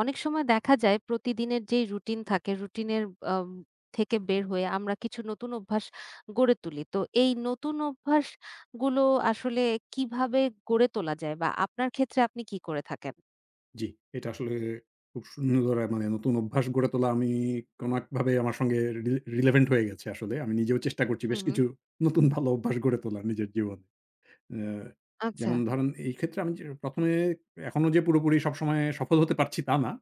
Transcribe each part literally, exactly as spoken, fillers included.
অনেক সময় দেখা যায় প্রতিদিনের যেই রুটিন থাকে, রুটিনের আম থেকে বের হয়ে আমরা কিছু নতুন অভ্যাস গড়ে তুলি। তো এই নতুন অভ্যাসগুলো আসলে কিভাবে গড়ে তোলা যায়? বা আপনার ক্ষেত্রে আপনি কি করে থাকেন? জি, এটা আসলে খুব সুন্দর আ মানে নতুন অভ্যাস গড়ে তোলা আমি কোনো একভাবে আমার সঙ্গে রি রিলেভেন্ট হয়ে গেছে আসলে। আমি নিজেও চেষ্টা করছি হুম, বেশ হুম। কিছু নতুন ভালো অভ্যাস গড়ে তোলা নিজের জীবনে। অ্যা আচ্ছা, যেমন ধরেন এই ক্ষেত্রে আমি যে ১ম এ এখনো যে পুরোপুরি সবসময় সফল হতে পারছি তা না।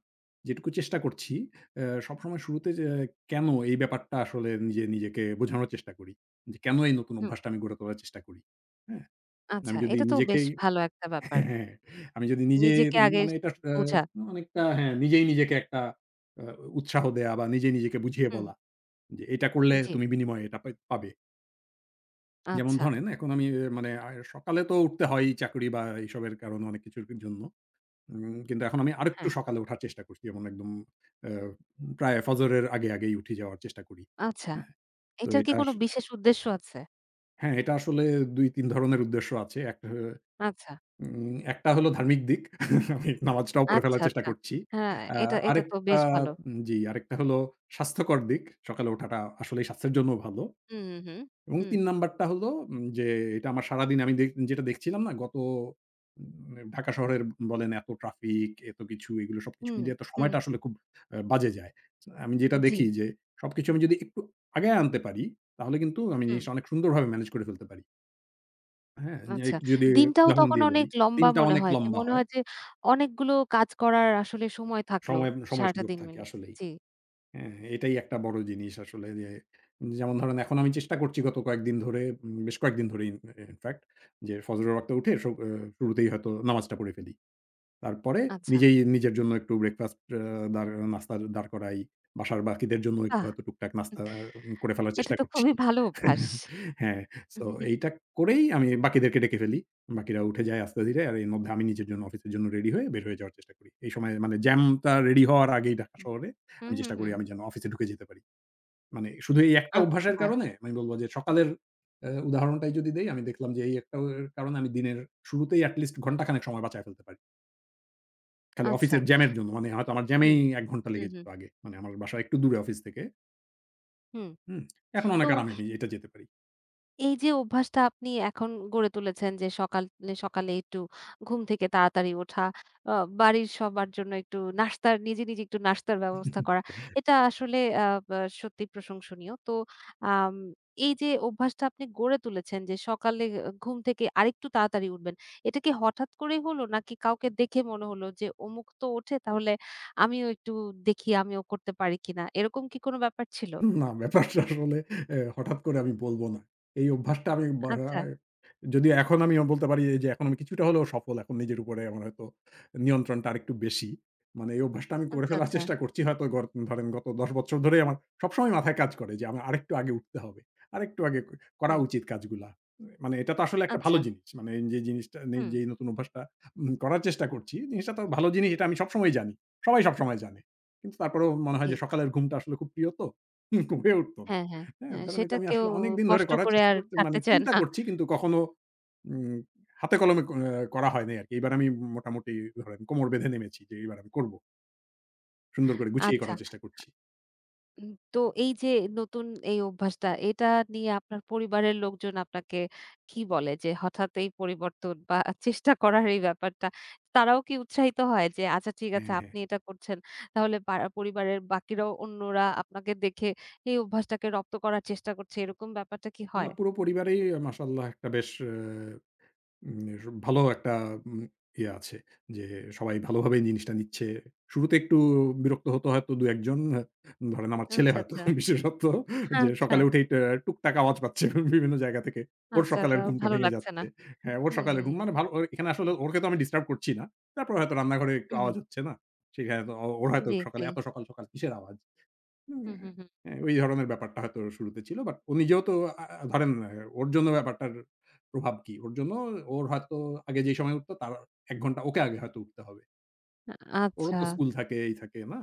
যেটুকু চেষ্টা করছি অ্যা সবসময় শুরুতে যে কেন এই ব্যাপারটা আসলে নিজে নিজেকে বোঝানোর চেষ্টা করি। যে কেন এই নতুন হুম। অভ্যাসটা আমি গড়ে তোলার চেষ্টা করি। হ্যাঁ? আমি আচ্ছা। যদি এটা তো বেশ নিজেকেই ভালো একটা ব্যাপার। হ্যাঁ, আমি যদি নিজেই নিজেকে আগে মানে এটা আ বোঝা। অনেকটা হ্যাঁ, নিজেই নিজেকে একটা আ উৎসাহ দেয়া বা নিজে নিজেকে বুঝিয়ে হুম, বলা যে, "এটা করলে জি। তুমি বিনিময়ে এটা পাই পাবে।" যেমন আচ্ছা, ধরেন এখন আমি এ মানে আ সকালে তো উঠতে হয় চাকরি বা এইসবের কারণে অনেক কিছুর জন্য। উম কিন্তু এখন আমি আরেকটু হ্যাঁ। সকালে ওঠার চেষ্টা করছি। যেমন একদম আ প্রায় ফজরের আগে, আগেই উঠে যাওয়ার চেষ্টা করি। আচ্ছা, হ্যাঁ, তো এটার এটা কি আস কোনো বিশেষ উদ্দেশ্য আছে? হ্যাঁ, এটা আসলে দুই তিন ধরনের উদ্দেশ্য আছে। একটা আচ্ছা, উম একটা হলো ধার্মিক দিক। আমি নামাজটাও পড়ে আচ্ছা, ফেলার চেষ্টা আচ্ছা। করছি। হ্যাঁ, আ এটা এটা তো আরেকটা বেশ ভালো। উম জি, আরেকটা হলো স্বাস্থ্যকর দিক। সকালে ওঠাটা আসলেই স্বাস্থ্যের জন্য ভালো। হুম, হুম, এবং হুম। তিন নাম্বারটা হলো উম যে এটা আমার সারাদিন আমি দে যেটা দেখছিলাম না গত উম ঢাকা শহরের বলেন এত ট্রাফিক, এত কিছু এগুলো সবকিছু হুম। মিলিয়ে তো হুম, সময়টা হুম। আসলে খুব আ বাজে যায়। আমি যেটা জি। দেখি যে সবকিছু আমি যদি একটু আগায় আনতে পারি, তাহলে কিন্তু আমি হুম। জিনিসটা অনেক সুন্দরভাবে ম্যানেজ করে ফেলতে পারি। হ্যাঁ? যে আচ্ছা। যদি দিনটাও উদাহরণ তখন দিয়ে বলি, অনেক লম্বা দিনটা মনে অনেক হয় যে লম্বা মনে হয়। হয় যে অনেকগুলো কাজ করার আসলে সময় থাকলো সময় সময় সারাটা সুযোগ দিন থাকে মিলে। আসলেই। জি, হ্যাঁ, এটাই একটা বড় জিনিস আসলে যে যেমন ধরেন এখন আমি চেষ্টা করছি গত কয়েকদিন ধরে উম বেশ কয়েকদিন ধরেই ইন ইনফ্যাক্ট যে ফজরের ওয়াক্তে উঠে স অ শুরুতেই হয়তো নামাজটা পড়ে ফেলি। তারপরে আচ্ছা। নিজেই নিজের জন্য একটু ব্রেকফাস্ট আ দাঁড় নাস্তা দাঁড় করাই। বাসার বাকিদের জন্য একটু বাহ! হয়তো টুকটাক নাস্তা উম, করে ফেলার এটা চেষ্টা তো করছি। খুবই ভালো অভ্যাস। হ্যাঁ, সো এইটা করেই আমি বাকিদেরকে ডেকে ফেলি। বাকিরা উঠে যায় আস্তে ধীরে। আর এর মধ্যে আমি নিজের জন্য অফিসের জন্য রেডি হয়ে বের হয়ে যাওয়ার চেষ্টা করি। এই সময় মানে জ্যামটা রেডি হওয়ার আগেই ঢাকা শহরে হুম, আমি হুম, চেষ্টা করি হুম। আমি যেন অফিসে ঢুকে যেতে পারি। মানে শুধু এই একটা অভ্যাসের আচ্ছা, কারণে আমি বলব যে সকালের আ উদাহরণটাই যদি দেই আমি দেখলাম যে এই একটা কারণে আমি দিনের শুরুতেই এটি লিস্ট ঘন্টা খানেক সময় বাঁচায় ফেলতে পারি। খালি আচ্ছা। অফিসের জ্যামের জন্য। মানে হয়তো আমার হুম, জ্যামেই এক ঘন্টা হুম, লেগে যেত হুম, আগে। মানে আমার বাসা একটু দূরে অফিস থেকে। হুম। হুম? এখন তো অনেক আরামে আমি এটা যেতে পারি। এই যে অভ্যাসটা আপনি এখন গড়ে তুলেছেন যে সকালে, সকালে একটু ঘুম থেকে তাড়াতাড়ি ওঠা, আ বাড়ির সবার জন্য একটু নাস্তার নিজে, নিজে একটু নাস্তার ব্যবস্থা করা। এটা আসলে আ বা সত্যি প্রশংসনীয়। তো আম এই যে অভ্যাসটা আপনি গড়ে তুলেছেন যে সকালে আ ঘুম থেকে আরেকটু তাড়াতাড়ি উঠবেন। এটা কি হঠাৎ করেই হলো নাকি কাউকে দেখে মনে হলো যে অমুক তো ওঠে তাহলে আমিও একটু দেখি আমিও করতে পারি কিনা? এরকম কি কোনো ব্যাপার ছিল? না, ব্যাপারটা আসলে এ হঠাৎ করে আমি বলব না। এই অভ্যাসটা আমি বা আচ্ছা, যদিও এখন আমি বলতে পারি যে এখন আমি কিছুটা হলেও সফল। এখন নিজের উপরে আমার হয়তো নিয়ন্ত্রণটা আরেকটু বেশি। মানে এই অভ্যাসটা আমি করে আচ্ছা, ফেলার আচ্ছা। চেষ্টা করছি হয়তো গর ধরেন গত দশ বছর ধরেই আমার সবসময় মাথায় কাজ করে যে আমার আরেকটু আগে উঠতে হবে। আরেকটু আগে ক করা হুম। উচিত কাজগুলা। মানে এটা তো আসলে একটা ভালো আচ্ছা, জিনিস। মানে এই যে জিনিসটা নেই হুম। যেই নতুন অভ্যাসটা উম করার চেষ্টা করছি, জিনিসটা তো ভালো জিনিস এটা আমি সবসময় জানি। সবাই সবসময় জানে। কিন্তু তারপরেও মনে হয় জি। যে সকালের ঘুমটা আসলে খুব প্রিয় তো। হয়ে উঠতো। হ্যাঁ, হ্যাঁ, হ্যাঁ? হ্যাঁ। ধরেন এটা আমি সেটাকেও আসলে অনেক দিন ধরে কষ্ট করার করে চেষ্টা আর করতে মানে ছাড়তে চায় চিন্তা না। করছি কিন্তু কখনো উম হাতে কলমে ক আহ, করা হয় নাই আরকি। এবার আমি মোটামুটি ধরেন কোমর বেঁধে নেমেছি যে এবার আমি করব। সুন্দর করে গুছিয়ে আচ্ছা। করার চেষ্টা করছি। উম তো এই যে নতুন এই অভ্যাসটা, এটা নিয়ে আপনার পরিবারের লোকজন আপনাকে কি বলে? যে হঠাৎ এই পরিবর্তন বা চেষ্টা করার এই ব্যাপারটা, তারাও কি উৎসাহিত হয় যে, "আচ্ছা ঠিক আছে, হ্যাঁ, হ্যাঁ। আপনি এটা করছেন, তাহলে পাড়া পরিবারের বাকিরাও অন্যরা আপনাকে দেখে এই অভ্যাসটাকে রপ্ত করার চেষ্টা করছে।" এরকম ব্যাপারটা কি না হয়? পুরো পরিবারেই মাশাআল্লাহ একটা বেশ অ্যা উম এস ভালো একটা উম ইয়ে আছে যে সবাই ভালোভাবেই জিনিসটা নিচ্ছে। শুরুতে একটু বিরক্ত হতো হয়তো দুই এক জন। আ ধরেন আমার ছেলে আচ্ছা, হয়তো আচ্ছা। বিশেষত যে আচ্ছা, সকালে উঠেই টে টুকটাক আওয়াজ পাচ্ছে বিভিন্ন জায়গা থেকে। ওর আচ্ছা। তা সকালের ঘুমটা ভালো ভেঙে লাগছে না। যাচ্ছে। হ্যাঁ, ওর হুম, সকালের হুম, ঘুম হুম। মানে ভালো ওর- এখানে আসলে ওকে তো আমি ডিস্টার্ব করছি না। তারপরে হয়তো রান্নাঘরে একটু হুম, হুম। আওয়াজ হচ্ছে না। সেখানে তো ও- ওর হয়তো জি, সকালে জি। এত সকাল, সকাল কিসের আওয়াজ? হুম, হুম, হুম, হুম। হ্যাঁ, ওই ধরনের ব্যাপারটা হয়তো শুরুতে ছিল। বাট ও নিজেও তো আ আ ধরেন আ ওর জন্য ব্যাপারটার প্রভাব কি? ওর জন্য ওর হয়তো আগে যে সময় উঠতো তার এক ঘন্টা ওকে আগে হয়তো উঠতে হবে। ওরও আচ্ছা। তো স্কুল থাকে, এই থাকে, না?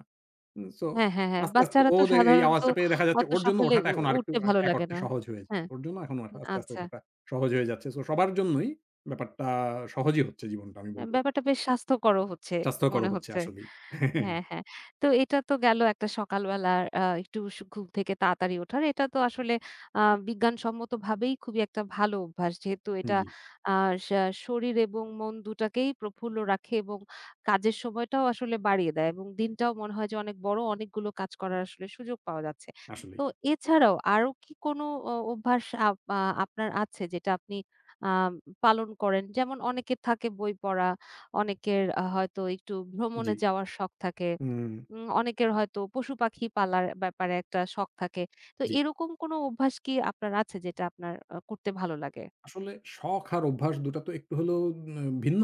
উম সো হ্যাঁ, হ্যাঁ, হ্যাঁ। আস্তে, আস্তে বাচ্চারা ও তো দে এই সাধারণত আওয়াজটা পেয়ে দেখা যাচ্ছে অত ওর জন্য সকালে ওঠাটা উ এখন আরেকটু উঠতে আ ভালো এক লাগে অর্থে না। সহজ হয়ে যায়। হ্যাঁ, ওর জন্য এখন ওঠা আস্তে, আস্তে আচ্ছা। ওঠাটা সহজ হয়ে যাচ্ছে। সো সবার জন্যই ব্যাপারটা সহজই হচ্ছে জীবনটা আমি বলব। ব্যাপারটা বেশ স্বাস্থ্যকরও হচ্ছে মনে স্বাস্থ্যকরও হচ্ছে হচ্ছে। আসলেই। হ্যাঁ, হ্যাঁ। তো এটা তো গেল একটা সকালবেলার আ একটু সু ঘুম থেকে তাড়াতাড়ি ওঠার। এটা তো আসলে আ বিজ্ঞানসম্মতভাবেই খুবই একটা ভালো অভ্যাস। যেহেতু এটা জি, আ শা শরীর এবং মন দুটাকেই প্রফুল্ল রাখে এবং কাজের সময়টাও আসলে বাড়িয়ে দেয় এবং দিনটাও মনে হয় যে অনেক বড় অনেকগুলো কাজ করার আসলে সুযোগ পাওয়া যাচ্ছে। আসলেই। তো এছাড়াও আরো কি কোনো অ অভ্যাস আপ আ আপনার আছে যেটা আপনি আ পালন করেন? যেমন অনেকের থাকে বই পড়া অনেকের আ হয়তো একটু জি। ভ্রমণে যাওয়ার শখ থাকে। হুম, উম অনেকের হয়তো পশু-পাখি পালার ব্যাপারে একটা শখ থাকে। তো জি। এরকম কোনো অভ্যাস কি আপনার আছে যেটা আপনার আ করতে ভালো লাগে? আসলে শখ আর অভ্যাস দুই টা তো একটু হলেও উম ভিন্ন।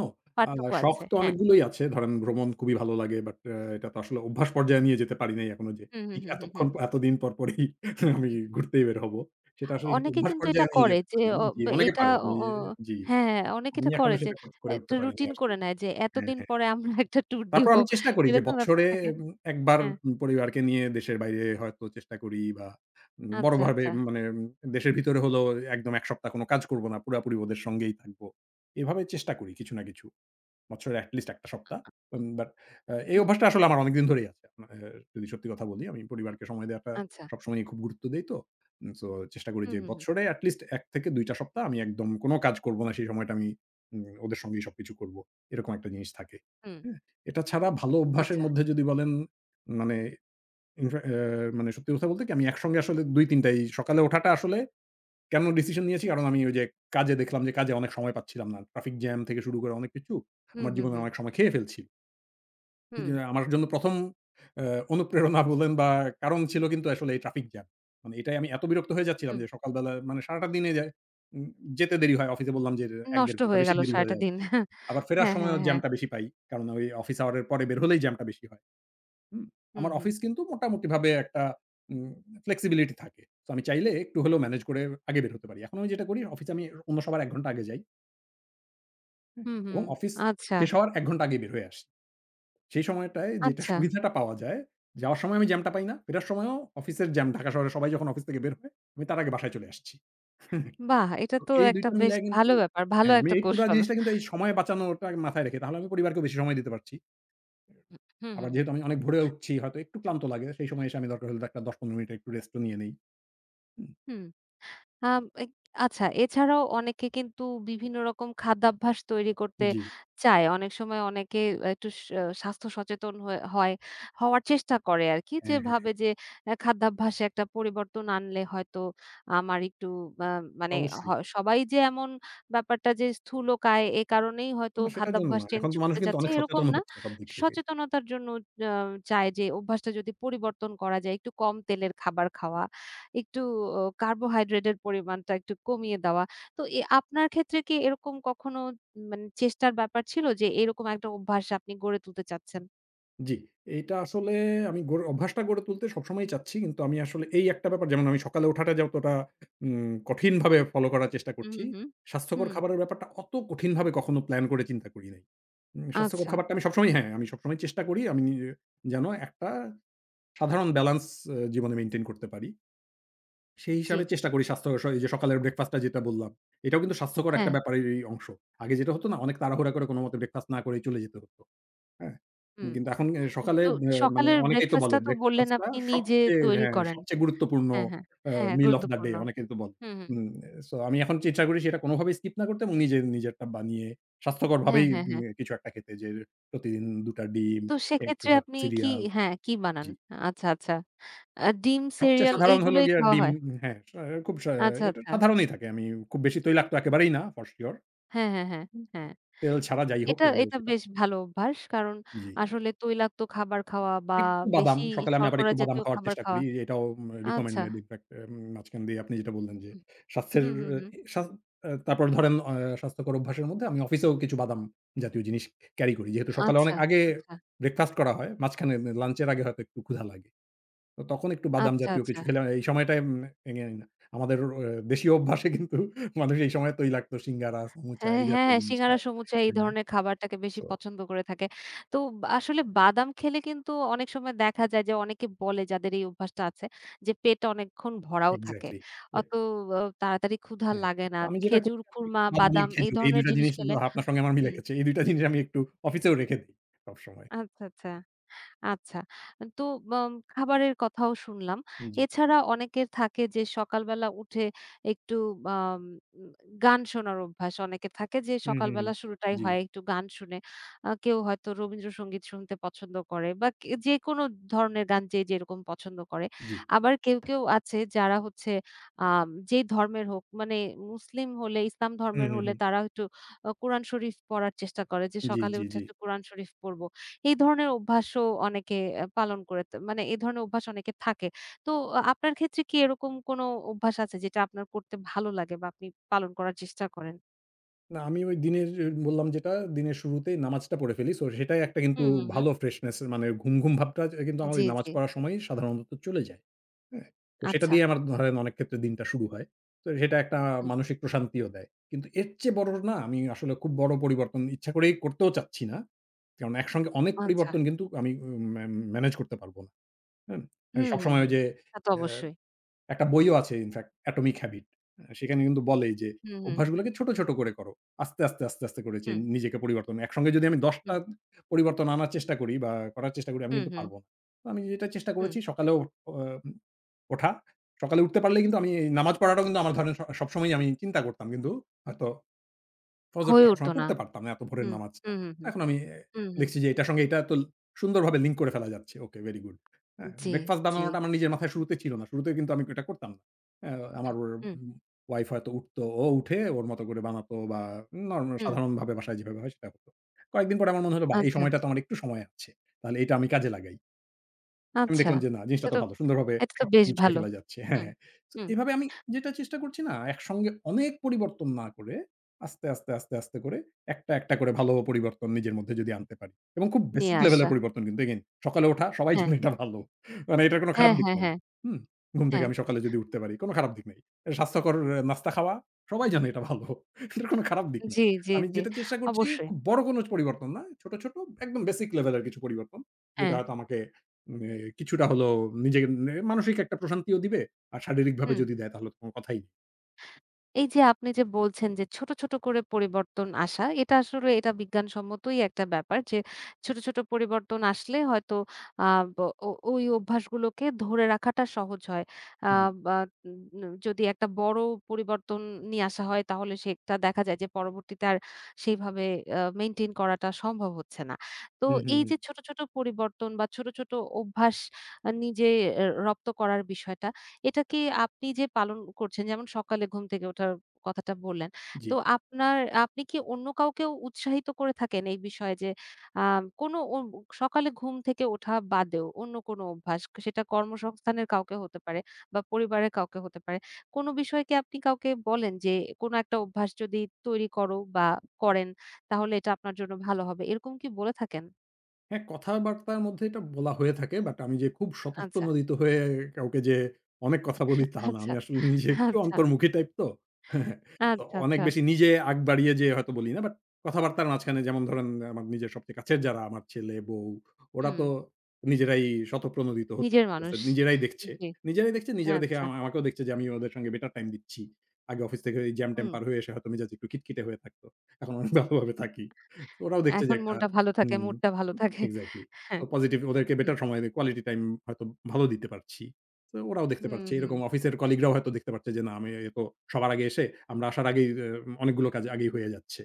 আ পার্থক্য শখ আছে। তো হ্যাঁ। অনেকগুলোই আছে। ধরেন ভ্রমণ খুবই ভালো লাগে। বাট আ এটা তো আসলে অভ্যাস পর্যায়ে নিয়ে যেতে পারি নাই এখনো যে হুম, হুম, ঠিক হুম, হুম, হুম, এতক্ষণ এতদিন পর পরেই আমি হুম। ঘুরতেই বের হব। সেটা আসলে ঠিক অনেকে অভ্যাস কিন্তু এটা পর্যায়ে নিয়ে করে যেতে যে পারিনি। অ জি, ব অনেকে এটা পারে। অ আমি অ জি, হ্যাঁ, হ্যাঁ, অনেকে আমি এটা এখনো করে যে সেটা করে একটা উঠতে পারিনি রুটিন আরকি। করে নেয় যে এতদিন হ্যাঁ। পরে আমরা একটা ট্যুর তারপর দিব। আমি চেষ্টা করি যে এরকম ব্যাপার বছরে থাকে। উম এক বার হ্যাঁ। উম পরিবারকে নিয়ে দেশের বাইরে হয়তো চেষ্টা করি বা উম আচ্ছা, বড়ভাবে আচ্ছা। মানে উম দেশের ভিতরে হলেও একদম এক সপ্তাহ কোন কাজ করব না। পুরাপুরি ওদের সঙ্গেই থাকব। এভাবে চেষ্টা করি কিছু না কিছু। বছরে এট লিস্ট এক টা সপ্তাহ। উম বাট আ এই হুম, অভ্যাসটা আসলে আমার অনেকদিন ধরেই আছে। আ যদি সত্যি কথা বলি আমি পরিবারকে সময় দেওয়াটা আচ্ছা। সবসময়ই খুব গুরুত্ব দেই তো। উম সো চেষ্টা করি হুম, যে হুম, হুম। বছরে এট লিস্ট এক থেকে দুই টা সপ্তাহ আমি একদম কোন কাজ করব না। সেই সময়টা আমি উম ওদের সঙ্গেই সবকিছু করব। এরকম একটা জিনিস থাকে। হুম। হ্যাঁ? এটা ছাড়া ভালো অভ্যাসের আচ্ছা। মধ্যে যদি বলেন মানে ইনফ্যা অ্যা মানে সত্যি কথা বলতে কি আমি একসঙ্গে আসলে দুই তিন টাই সকালে ওঠাটা আসলে কেন ডিসিশন নিয়েছি কারণ আমি ওই যে কাজে দেখলাম যে কাজে অনেক সময় পাচ্ছিলাম না। ট্রাফিক জ্যাম থেকে শুরু করে অনেক কিছু হুম, আমার হুম, জীবনে হুম। অনেক সময় খেয়ে ফেলছিল। হুম, যে আমার জন্য প্রথম আ অনুপ্রেরণা বলেন বা কারণ ছিল কিন্তু আসলে এই ট্রাফিক জ্যাম। মানে এটাই আমি এত বিরক্ত হয়ে যাচ্ছিলাম হুম। যে সকালবেলা মানে সারাটা দিনে যায়। উম যেতে দেরি হয়। অফিসে বললাম যে এক দেড় নষ্ট ঘন্টা হয়ে বেশি গেল দেরি হয়ে সারাটা দিন। যাচ্ছে। আবার ফেরার হ্যাঁ, সময়ও হ্যাঁ, হ্যাঁ। জ্যামটা বেশি পাই। কারণ ওই অফিস আওয়ার এর পরে বের হলেই জ্যামটা বেশি হয়। হুম? হুম, আমার হুম। অফিস কিন্তু মোটামুটিভাবে একটা উম ফ্লেক্সিবিলিটি থাকে। তো আমি চাইলে একটু হলেও ম্যানেজ করে আগে বের হতে পারি। এখন আমি যেটা করি অফিসে আমি অন্য সবার এক ঘন্টা আগে যাই হুম, এবং হুম। অফিস আচ্ছা, শেষ হওয়ার এক ঘন্টা আগে বের হয়ে আসি। সেই সময়টায় যেটা আচ্ছা। সুবিধাটা পাওয়া যায়, যাওয়ার সময় আমি জ্যামটা পাই না। ফেরার সময়ও অফিসের জ্যাম ঢাকা শহরে সবাই যখন অফিস থেকে বের হয়, আমি তার আগে বাসায় চলে আসছি। বাহ! এটা তো তো এই দুই একটা টা বেশ মিলায় কিন্তু ভালো ব্যাপার। ভালো হ্যাঁ, আমি একটা এই পুরা কৌশল। জিনিসটা কিন্তু এই সময় বাঁচানোটা মাথায় রেখে তাহলে আমি পরিবারকেও বেশি সময় দিতে পারছি। হুম, আবার হুম, যেহেতু আমি অনেক ভোরে উঠছি হয়তো একটু ক্লান্ত লাগে। সেই সময় এসে আমি দরকার হলে একটা দশ পনেরো মিনিট একটু রেস্টও নিয়ে নেই। হুম? হুম। আম এক আচ্ছা এছাড়াও অনেকে কিন্তু বিভিন্ন রকম খাদ্যাভ্যাস তৈরি করতে জি। চায়। অনেক সময় অনেকে আ একটু স আহ, স্বাস্থ্য সচেতন হয়ে হয় হওয়ার চেষ্টা করে আরকি। যে হ্যাঁ, হ্যাঁ, ভাবে যে আ খাদ্যাভ্যাসে একটা পরিবর্তন আনলে হয়তো আমার একটু আ মানে হ অবশ্যই। সবাই যে এমন ব্যাপারটা যে স্থূলকায় এ কারণেই হয়তো না সেটার জন্য খাদ্যাভ্যাস না। চেঞ্জ এখন তো মানুষ করতে কিন্তু চাচ্ছে অনেক এরকম সচেতন না। হচ্ছে সব দিক থেকেই। সচেতনতার জন্য আ চায় যে অভ্যাসটা যদি পরিবর্তন করা যায় একটু কম তেলের খাবার খাওয়া একটু অ কার্বোহাইড্রেটের পরিমাণটা একটু কমিয়ে দেওয়া। তো এ আপনার ক্ষেত্রে কি এরকম কখনো মানে চেষ্টার ব্যাপার ছিল যে এরকম একটা অভ্যাস আপনি গড়ে তুলতে চাচ্ছেন? জি, এইটা আসলে আমি গড়ে অভ্যাসটা গড়ে তুলতে সবসময়ই চাচ্ছি। কিন্তু আমি আসলে এই একটা ব্যাপার যেমন আমি সকালে ওঠাটা যতটা উম কঠিনভাবে ফলো করার চেষ্টা হুম, করছি, হুম, হুম। স্বাস্থ্যকর হুম। খাবারের ব্যাপারটা অত কঠিনভাবে কখনো প্ল্যান করে চিন্তা করি নাই। উম স্বাস্থ্যকর আচ্ছা, খাবারটা আমি সবসময় হ্যাঁ, আমি সবসময় চেষ্টা করি আমি নিজে- যেন একটা সাধারণ ব্যালেন্স আ জীবনে মেইনটেইন করতে পারি। সেই জি। হিসাবে চেষ্টা করি স্বাস্থ্যকর স এই যে সকালের ব্রেকফাস্টটা যেটা বললাম, এটাও কিন্তু স্বাস্থ্যকর একটা হ্যাঁ, ব্যাপারেরই অংশ। আগে যেটা হতো না অনেক তাড়াহুড়া করে কোনমতে ব্রেকফাস্ট না করেই চলে যেতে হতো। হ্যাঁ? হুম। কিন্তু এখন এ সকালে তো অ্যা মানে সকালের অনেকেই তো ব্রেকফাস্ট বলে টা তো বললেন ব্রেকফাস্টটা আপনি নিজে সবচেয়ে তৈরি হ্যাঁ, করেন। সবচেয়ে গুরুত্বপূর্ণ হ্যাঁ, হ্যাঁ। অ্যা হ্যাঁ, মিল অফ দ্যা ডে গুরুত্বপূর্ণ। অনেকেই তো বলে। হুম, হুম। উম সো আমি এখন চেষ্টা করি সেটা কোনভাবেই স্কিপ না করতে এবং নিজে নিজেরটা বানিয়ে হ্যাঁ, স্বাস্থ্যকরভাবেই হ্যাঁ, উম হ্যাঁ। কিছু একটা খেতে যে প্রতিদিন দুই টা ডিম, তো একটু সেক্ষেত্রে ভাত আপনি কি সিরিয়াল। হ্যাঁ, কি বানান? জি। আচ্ছা, আচ্ছা। আ ডিম, সবচেয়ে সিরিয়াল সাধারণ হলো এইগুলোই গিয়ে খাওয়া ডিম হয়? হ্যাঁ, সা খুব সা আচ্ছা, এটা আচ্ছা। সাধারণই থাকে। আমি খুব বেশি তৈলাক্ত একেবারেই না for sure হ্যাঁ, হ্যাঁ, হ্যাঁ, হ্যাঁ। তেল ছাড়া যাই হোক এটা, এ এটা সেটা বেশ ভালো অভ্যাস। কারণ জি। আসলে তৈলাক্ত খাবার খাওয়া বা একটু বাদাম, বেশি সকালে আমি আবার শর্করা একটু বাদাম জাতীয় খাওয়ার খাবার চেষ্টা করি। খাওয়া। এটাও উম আচ্ছা। recommended ইনফেক্ট উম মাঝখান দিয়ে আপনি যেটা বললেন যে হুম, স্বাস্থ্যের হুম, হুম, হুম। এ স্বাস আ তারপর ধরেন আ স্বাস্থ্যকর অভ্যাসের মধ্যে আমি অফিসেও কিছু বাদাম জাতীয় জিনিস ক্যারি করি। যেহেতু সকালে অনেক আচ্ছা, আগে আচ্ছা, ব্রেকফাস্ট করা হয়, মাঝখানে লাঞ্চের আগে হয়তো একটু ক্ষুধা লাগে। তো তখন একটু বাদাম আচ্ছা, জাতীয় আচ্ছা। কিছু খেলাম। এই সময়টায় উম এন আমাদের অ দেশীয় অভ্যাসে কিন্তু মানুষ এই সময় তৈলাক্ত সিঙ্গারা, সমুচা হ্যাঁ, এই হ্যাঁ, জাতীয় হ্যাঁ, জিনিস সিঙ্গারা, খায়। সমুচা এই হ্যাঁ, ধরনের খাবারটাকে বেশি সো পছন্দ করে থাকে। তো বা- আসলে বাদাম খেলে কিন্তু অনেক সময় দেখা যায় যে অনেকে বলে যাদের এই অভ্যাসটা আছে যে পেট অনেকক্ষণ ভরাও থাকে। এক্সাক্টলি। এর অত অ তাড়াতাড়ি ক্ষুধা হ্যাঁ, লাগে না। তো আমি যেটা করি খেজুর, আমি একটু খুরমা, বাদাম আর বাদাম এই খেজুর এই দুই ধরনের টা জিনিস জিনিস কিন্তু খেলে আপনার সঙ্গে আমার মিলে হুম, গেছে। এই দুই টা জিনিস আমি একটু অফিসেও রেখে দেই সবসময়। আচ্ছা, আচ্ছা। আচ্ছা। তো বাম খাবারের কথাও শুনলাম। জি। এছাড়া অনেকের থাকে যে সকালবেলা উঠে একটু আম উম, গান শোনার অভ্যাস। অনেকের থাকে যে হুম, হুম, হুম। সকালবেলা শুরুটাই জি, হয় একটু গান শুনে। আ কেউ হয়তো রবীন্দ্রসঙ্গীত শুনতে পছন্দ করে বা কে যেকোনো ধরনের গান যে যেরকম পছন্দ করে। জি। আবার কেউ, কেউ আছে যারা হচ্ছে আম যেই ধর্মের হোক মানে মুসলিম হলে ইসলাম হুম, ধর্মের হুম, হলে হুম। তারা একটু আ কোরআন শরীফ পড়ার চেষ্টা করে যে জি, সকালে জি, উঠে জি। একটু কোরআন শরীফ পড়ব। এই ধরনের অভ্যাসও অনেকে আ পালন করে থ মানে এই ধরনের অভ্যাস অনেকের থাকে। তো আ আপনার ক্ষেত্রে কি এরকম কোনো অভ্যাস আছে যেটা আপনার করতে ভালো লাগে বা আপনি পালন করার চেষ্টা করেন? না, আমি ওই দিনের এ বললাম যেটা, দিনের শুরুতেই নামাজটা পড়ে ফেলি। সো সেটাই একটা কিন্তু হুম, হুম, হুম। ভালো ফ্রেশনেস মানে ঘুম, ঘুম ভাবটা যে কিন্তু আমার জি, ওই নামাজ জি। পড়ার সময়ই সাধারণত চলে যায়। হ্যাঁ? তো সেটা আচ্ছা। দিয়ে আমার ধরেন অনেক ক্ষেত্রে দিনটা শুরু হয়। তো সেটা একটা হুম, মানসিক প্রশান্তিও দেয়। কিন্তু এর চেয়ে বড় না আমি আসলে খুব বড় পরিবর্তন ইচ্ছা করেই করতেও চাচ্ছি না। কারণ একসঙ্গে অনেক আচ্ছা। পরিবর্তন কিন্তু আমি উম ম্যা ম্যানেজ করতে পারব না। হ্যাঁ? আমি হুম, হুম, সবসময় ওই হুম। যে তা তো অ্যা অবশ্যই। একটা বইও আছে ইনফেক্ট 'Atomic Habit', আ সেখানে কিন্তু বলেই যে, হুম, হুম, "অভ্যাসগুলোকে ছোট, ছোট করে করো। আস্তে, আস্তে, আস্তে, আস্তে করে চে হুম, নিজেকে পরিবর্তন।" একসঙ্গে যদি আমি দশটা হুম, টা পরিবর্তন আনার চেষ্টা করি বা করার চেষ্টা করি, আমি হুম, কিন্তু হুম, পারব না। তো আমি যেটা চেষ্টা হুম। করেছি সকালে ও আম ওঠা। সকালে উঠতে পারলেই কিন্তু আমি এই নামাজ পড়াটাও কিন্তু আমার ধরেন স সবসময়ই আমি চিন্তা করতাম কিন্তু হয়তো ফজরটা হয়ে উঠতো সবসময় না। পড়তে পারতাম না এত ভোরের হুম, নামাজটা। হুম, হুম, হুম, এখন আমি এ হুম, হুম। দেখছি যে এটার সঙ্গে এটা তো সুন্দরভাবে লিঙ্ক করে ফেলা যাচ্ছে। Okay, very good. হ্যাঁ, জি, ব্রেকফাস্ট জি। বানানোটা আমার নিজের মাথায় শুরুতে ছিল না। শুরুতে কিন্তু আমি এটা করতাম না। অ্যা আমার হুম, উম ওয়াইফ হয়তো উঠতো, ও উঠে ওর মতো করে বানাতো বা নরমাল হুম। সাধারণভাবে বাসায় যেভাবে হয় সেটা হতো। কয়েকদিন পরে আমার মনে হলো বাহ! এই আচ্ছা, সময়টা তো আমার একটু সময় আছে। তাহলে এটা আমি কাজে লাগাই। আমি আচ্ছা। দেখলাম যে না, জিনিসটা এটা তো তো ভালো। সুন্দরভাবে এটা তো সবকিছু বেশ গুছিয়ে ভালো। ফেলা যাচ্ছে। হ্যাঁ, হুম, হ্যাঁ। তো হুম। এভাবে আমি যেটা চেষ্টা করছি না, একসঙ্গে অনেক পরিবর্তন না করে আস্তে, আস্তে, আস্তে, আস্তে করে একটা, একটা করে ভালো পরিবর্তন নিজের মধ্যে যদি আনতে পারি এবং খুব নিয়ে বেসিক আসা। লেভেলের পরিবর্তন কিন্তু এগেইন সকালে ওঠা সবাই হ্যাঁ। জানে এটা ভালো। মানে এটার কোনো খারাপ হ্যাঁ, দিক হ্যাঁ, নাই। হ্যাঁ, হুম? ঘুম থেকে হ্যাঁ। আমি সকালে যদি উঠতে পারি কোনো খারাপ দিক নাই। স্বাস্থ্যকর আহ, নাস্তা খাওয়া সবাই জানে এটা ভালো। এটার কোনো খারাপ দিক নাই। জি, জি, আমি জি। যেটা চেষ্টা করছি অবশ্যই। খুব বড় কোনো পরিবর্তন না। ছোট, ছোট একদম বেসিক লেভেলের কিছু পরিবর্তন যেটা হ্যাঁ। হয়তো আমাকে মানে কিছুটা হলেও নিজেকে নে মানসিক একটা প্রশান্তিও দিবে। আর শারীরিকভাবে হুম। যদি দেয় তাহলে তো কোন কথাই নেই। এই যে আপনি যে বলছেন যে ছোট, ছোট করে পরিবর্তন আসা, এটা আসলে এটা বিজ্ঞানসম্মতই একটা ব্যাপার যে ছোট, ছোট পরিবর্তন আসলে হয়তো আ ব ও ওই অভ্যাসগুলোকে ধরে রাখাটা সহজ হয়। আ হুম, বা ন যদি একটা বড় পরিবর্তন নিয়ে আসা হয় তাহলে সেটা দেখা যায় যে পরবর্তীতে আর সেইভাবে আ মেইনটেইন করাটা সম্ভব হচ্ছে না। তো হুম, হুম, এই হুম। যে ছোট, ছোট পরিবর্তন বা ছোট, ছোট অভ্যাস আ নিজে এ রপ্ত করার বিষয়টা এটা কি আপনি যে পালন করছেন যেমন সকালে ঘুম থেকে ওঠার কথাটা বললেন। জি। তো আপনার আপনি কি অন্য কাউকেও উৎসাহিত করে থাকেন এই বিষয়ে যে আ কোনো ও সকালে ঘুম থেকে ওঠা বাদেও অন্য কোনো অভ্যাস সেটা কর্মসংস্থানের কাউকে হতে পারে বা পরিবারের কাউকে হতে পারে। কোনো বিষয়ে কি আপনি কাউকে বলেন যে কোনো একটা অভ্যাস যদি তৈরি করো বা করেন তাহলে এটা আপনার জন্য ভালো হবে। এরকম কি বলে থাকেন? হ্যাঁ, কথাবার্তার মধ্যে এটা বলা হয়ে থাকে। বাট আমি যে খুব আচ্ছা, স্বতঃপ্রণোদিত হয়ে কাউকে যে অনেক কথা বলি তা না। আচ্ছা, আমি আসলে নিজে একটু আচ্ছা, অন্তর্মুখী টাইপ তো। হ্যাঁ, তো আচ্ছা, অনেক আচ্ছা। বেশি নিজে আগ বাড়িয়ে যেয়ে হয়তো বলি না। বাট কথাবার্তার মাঝখানে যেমন ধরেন আমার নিজের সবচেয়ে কাছের যারা আমার ছেলে, বউ ওরা হুম, তো নিজেরাই স্বতঃপ্রণোদিত হতে নিজের থাকতেছে। মানুষ। নিজেরাই দেখছে। জি। নিজেরাই দেখছে, নিজেরা দেখে আচ্ছা। আমা আমাকেও দেখছে যে আমি ওদের সঙ্গে বেটার টাইম দিচ্ছি। আগে অফিস থেকে ওই জ্যাম-ট্যাম হুম। পার হয়ে এসে হয়তো মেজাজ একটু খিটখিটে হয়ে থাকতো। এখন অনেক ভালোভাবে থাকি। তো ওরাও দেখছে যে এখন একটা মনটা ভালো থাকে, হুম। মুডটা ভালো থাকে। এক্সাক্টলি। হ্যাঁ। তো পজিটিভ ওদেরকে হুম, বেটার সময় দিয়ে কোয়ালিটি টাইম হয়তো ভালো দিতে পারছি। তো ওরাও দেখতে হুম, পারছে। হুম। এরকম অফিসের কলিগরাও হয়তো দেখতে পারছে যে না আমি এ তো সবার আগে এসে আমরা আসার আগেই এ অনেকগুলো কাজ আগেই হয়ে যাচ্ছে।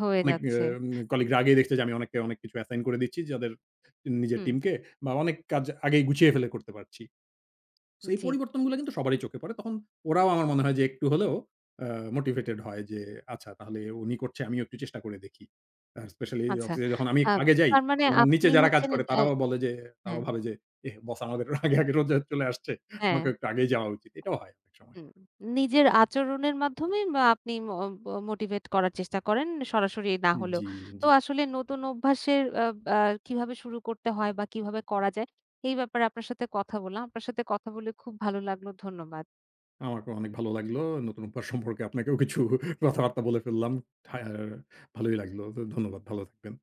হয়ে অনেক যাচ্ছে। এম কলিগরা আগেই দেখছে যে আমি অনেককে অনেক কিছু অ্যাসাইন করে দিচ্ছি যাদের নিজের হুম, টিমকে বা অনেক কাজ আগেই গুছিয়ে ফেলে করতে পারছি। সো এই জি। পরিবর্তনগুলো কিন্তু সবারই চোখে পড়ে। তখন ওরাও আমার মনে হয় যে একটু হলেও আ মোটিভেটেড হয় যে আচ্ছা তাহলে উনি করছে আমিও একটু চেষ্টা করে দেখি। আর স্পেশালি আচ্ছা। অফিসে যখন আমি আ একটু আগে যাই, তার মানে তখন আমার নিচে আপনি যারা কাজ হচ্ছেন করে অ্যা তারাও বলে যে তারাও হ্যাঁ, ভাবে যে, "এহ বস আমাদের আগে, আগে রোজ চলে আসছে। হ্যাঁ। আমাকেও একটু আগেই যাওয়া উচিত।" এটাও হয় অনেক সময়। হুম। নিজের আচরণের মাধ্যমে বা আপনি ম ব মোটিভেট করার চেষ্টা করেন সরাসরি না হলেও। জি, তো জি। আসলে নতুন অভ্যাসের আ আ কিভাবে শুরু করতে হয় বা কিভাবে করা যায় এই ব্যাপারে আপনার সাথে কথা বললাম। আপনার সাথে কথা বলে খুব ভালো লাগলো। ধন্যবাদ। আমাকেও অনেক ভালো লাগলো। নতুন অভ্যাস সম্পর্কে আপনাকেও কিছু কথাবার্তা বলে ফেললাম। থা ভালোই লাগলো। তো ধন্যবাদ। ভালো থাকবেন।